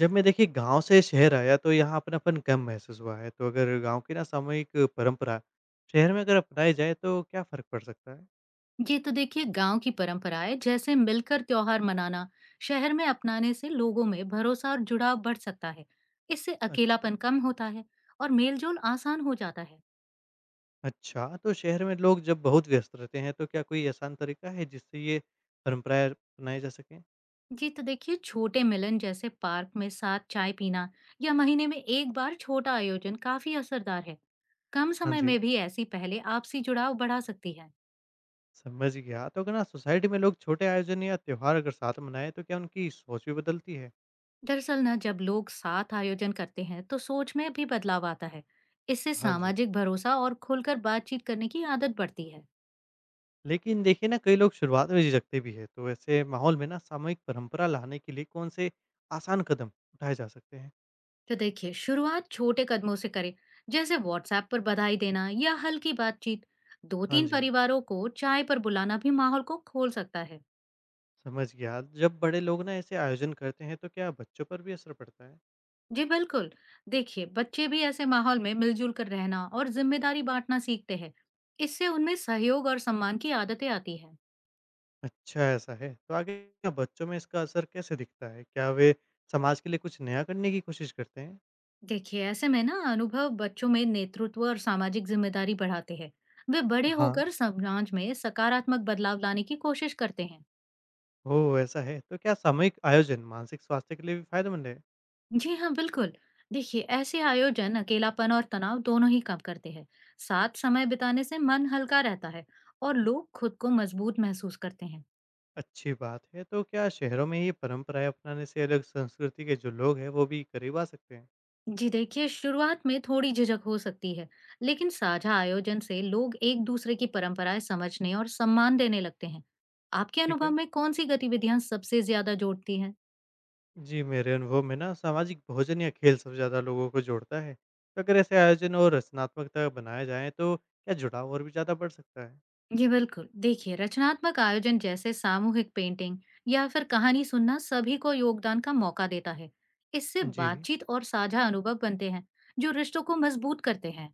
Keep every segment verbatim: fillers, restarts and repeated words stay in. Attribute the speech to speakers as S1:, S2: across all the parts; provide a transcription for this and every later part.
S1: जब मैं देखिए गाँव से शहर आया तो यहाँ अपनापन कम महसूस हुआ है। तो अगर गाँव की ना सामूहिक परंपरा शहर में अगर अपनाई जाए तो क्या फ़र्क पड़ सकता है?
S2: ये तो देखिए गांव की परंपराएं जैसे मिलकर त्योहार मनाना शहर में अपनाने से लोगों में भरोसा और जुड़ाव बढ़ सकता है। इससे
S1: अच्छा,
S2: अकेलापन कम होता है और मेलजोल आसान हो जाता है।
S1: अच्छा तो शहर में लोग जब बहुत व्यस्त रहते हैं तो क्या कोई आसान तरीका है जिससे ये परंपराएँ अपनाई जा सकें?
S2: जी तो देखिए छोटे मिलन जैसे पार्क में साथ चाय पीना या महीने में एक बार छोटा आयोजन काफी असरदार है। कम
S1: हाँ
S2: समय
S1: जी,
S2: में भी ऐसी पहले आपसी जुड़ाव बढ़ा सकती है।
S1: समझ गया। तो अगर ना सोसाइटी में लोग छोटे आयोजन या त्योहार अगर साथ मनाएँ तो क्या उनकी सोच भी बदलती है?
S2: दरअसल ना जब लोग साथ आयोजन करते हैं तो सोच में भी बदलाव आता है। इससे
S1: हाँ जी।
S2: सामाजिक भरोसा और खुलकर बातचीत करने की आदत बढ़ती है।
S1: लेकिन देखिए ना कई लोग शुरुआत में झिझकते भी है, तो ऐसे माहौल में ना सामूहिक परंपरा लाने के लिए कौन से आसान कदम उठाए जा सकते हैं?
S2: तो देखिए शुरुआत छोटे कदमों से करें, जैसे व्हाट्सएप पर बधाई देना या हल्की बातचीत। दो
S1: हाँ
S2: तीन
S1: जी,
S2: परिवारों को चाय पर बुलाना भी माहौल को खोल सकता है।
S1: समझ गया। जब बड़े लोग ना ऐसे आयोजन करते हैं तो क्या बच्चों पर भी असर पड़ता है?
S2: जी बिल्कुल, देखिए बच्चे भी ऐसे माहौल में मिलजुल कर रहना और जिम्मेदारी बांटना सीखते हैं। इससे उनमें सहयोग और सम्मान की आदतें आती हैं।
S1: अच्छा, ऐसा है तो आगे क्या बच्चों में इसका असर कैसे दिखता है? क्या वे समाज के लिए कुछ नया करने की कोशिश करते हैं?
S2: देखिए ऐसे में ना अनुभव बच्चों में नेतृत्व और सामाजिक जिम्मेदारी बढ़ाते हैं। वे बड़े
S1: हाँ,
S2: होकर समाज में सकारात्मक बदलाव लाने की कोशिश करते हैं।
S1: हो ऐसा है तो क्या सामूहिक आयोजन मानसिक स्वास्थ्य के लिए भी फायदेमंद है?
S2: जी हाँ, बिल्कुल। देखिए, ऐसे आयोजन अकेलापन और तनाव दोनों ही कम करते हैं। साथ समय बिताने से मन हल्का रहता है और लोग खुद को मजबूत महसूस करते हैं।
S1: अच्छी बात है। तो क्या शहरों में ये परंपराएं अपनाने से अलग संस्कृति के जो लोग हैं वो भी करीब आ सकते हैं?
S2: जी देखिए, शुरुआत में थोड़ी झिझक हो सकती है, लेकिन साझा आयोजन से लोग एक दूसरे की परंपराएं समझने और सम्मान देने लगते हैं। आपके
S1: ठीक
S2: अनुभव
S1: है।
S2: में कौन सी गतिविधियां सबसे ज्यादा जोड़ती हैं?
S1: जी, मेरे अनुभव में ना सामाजिक भोजन या खेल सबसे ज़्यादा लोगों को जोड़ता है। तो अगर ऐसे आयोजन और रचनात्मकता बनाए जाएँ तो क्या जुड़ाव और भी ज़्यादा बढ़ सकता है?
S2: जी बिल्कुल, देखिए रचनात्मक आयोजन जैसे सामूहिक पेंटिंग या फिर कहानी सुनना सभी को योगदान का मौका देता है। इससे
S1: जी।
S2: बातचीत और साझा अनुभव बनते हैं जो रिश्तों को मजबूत करते हैं।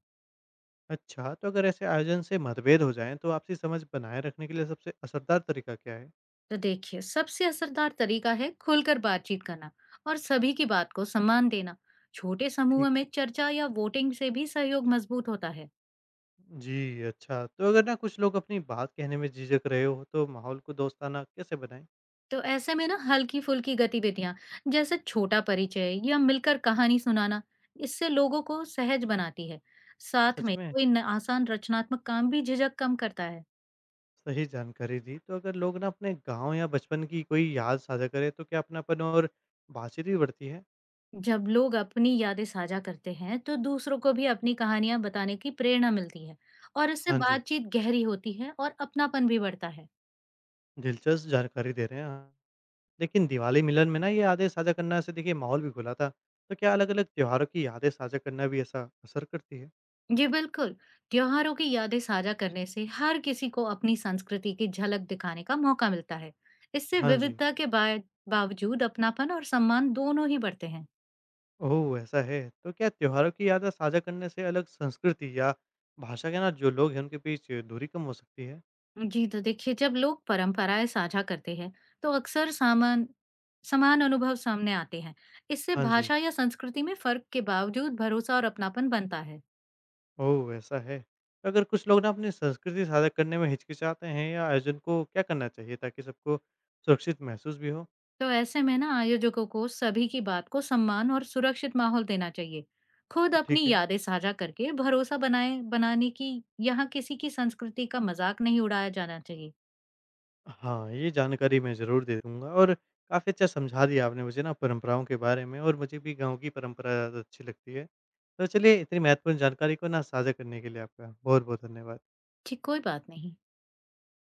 S1: अच्छा, तो अगर ऐसे आयोजन से मतभेद हो जाएँ तो आपसी समझ बनाए रखने के लिए सबसे असरदार तरीका क्या है?
S2: तो देखिए सबसे असरदार तरीका है खुलकर बातचीत करना और सभी की बात को सम्मान देना। छोटे समूह
S1: ठीक
S2: में
S1: है।
S2: चर्चा या वोटिंग से भी सहयोग मजबूत होता है।
S1: जी, अच्छा। तो अगर ना कुछ लोग अपनी बात कहने में झिझक रहे हो तो माहौल को दोस्ताना कैसे बनाएँ?
S2: तो ऐसे में ना हल्की-फुल्की गतिविधियां जैसे छोटा परिचय या मिलकर कहानी सुनाना, इससे लोगों को सहज बनाती है। साथ
S1: सच
S2: में
S1: में?
S2: कोई न- आसान रचनात्मक काम भी झिझक कम करता है।
S1: सही जानकारी दी। तो अगर लोग ना अपने गाँव या बचपन की कोई याद साझा करें तो क्या अपनापन और बातचीत भी बढ़ती है?
S2: जब लोग अपनी यादें साझा करते हैं तो दूसरों को भी अपनी कहानियां बताने की प्रेरणा मिलती है, और इससे
S1: हाँ जी।
S2: बातचीत गहरी होती है और अपनापन भी बढ़ता है।
S1: दिलचस्प जानकारी दे रहे हैं, हाँ। लेकिन दिवाली मिलन में ना ये यादें साझा करना से देखिए माहौल भी खुला था, तो क्या अलग अलग त्योहारों की यादें साझा करना भी ऐसा असर करती है?
S2: जी बिल्कुल, त्योहारों की यादें साझा करने से हर किसी को अपनी संस्कृति की झलक दिखाने का मौका मिलता है। इससे
S1: हाँ जी।
S2: विविधता के बा- बावजूद अपनापन और सम्मान दोनों ही बढ़ते हैं।
S1: ओह, ऐसा है तो क्या त्योहारों की यादें साझा करने से अलग संस्कृति या भाषा के ना जो लोग हैं उनके बीच दूरी कम हो सकती है?
S2: जी तो देखिए जब लोग परंपराएं साझा करते हैं तो अक्सर सामान समान अनुभव सामने आते हैं। इससे
S1: हाँ जी।
S2: भाषा या संस्कृति में फर्क के बावजूद भरोसा और अपनापन बनता है।
S1: ओह, ऐसा है। तो अगर कुछ लोग ना अपनी संस्कृति साझा करने में हिचकिचाते हैं या आयोजन को क्या करना चाहिए ताकि सबको सुरक्षित महसूस भी हो?
S2: तो ऐसे में ना आयोजकों को सभी की बात को सम्मान और सुरक्षित माहौल देना चाहिए। खुद
S1: तो ठीक
S2: अपनी
S1: है।
S2: यादें साझा करके भरोसा बनाए बनाने की। यहाँ किसी की संस्कृति का मजाक नहीं उड़ाया जाना चाहिए।
S1: हाँ, ये जानकारी मैं ज़रूर दे दूँगा। और काफ़ी अच्छा समझा दिया आपने मुझे ना परंपराओं के बारे में, और मुझे भी गाँव की परंपरा ज़्यादा अच्छी लगती है। तो चलिए इतनी महत्वपूर्ण जानकारी को ना साझा करने के लिए आपका बहुत-बहुत धन्यवाद।
S2: ठीक, कोई बात नहीं।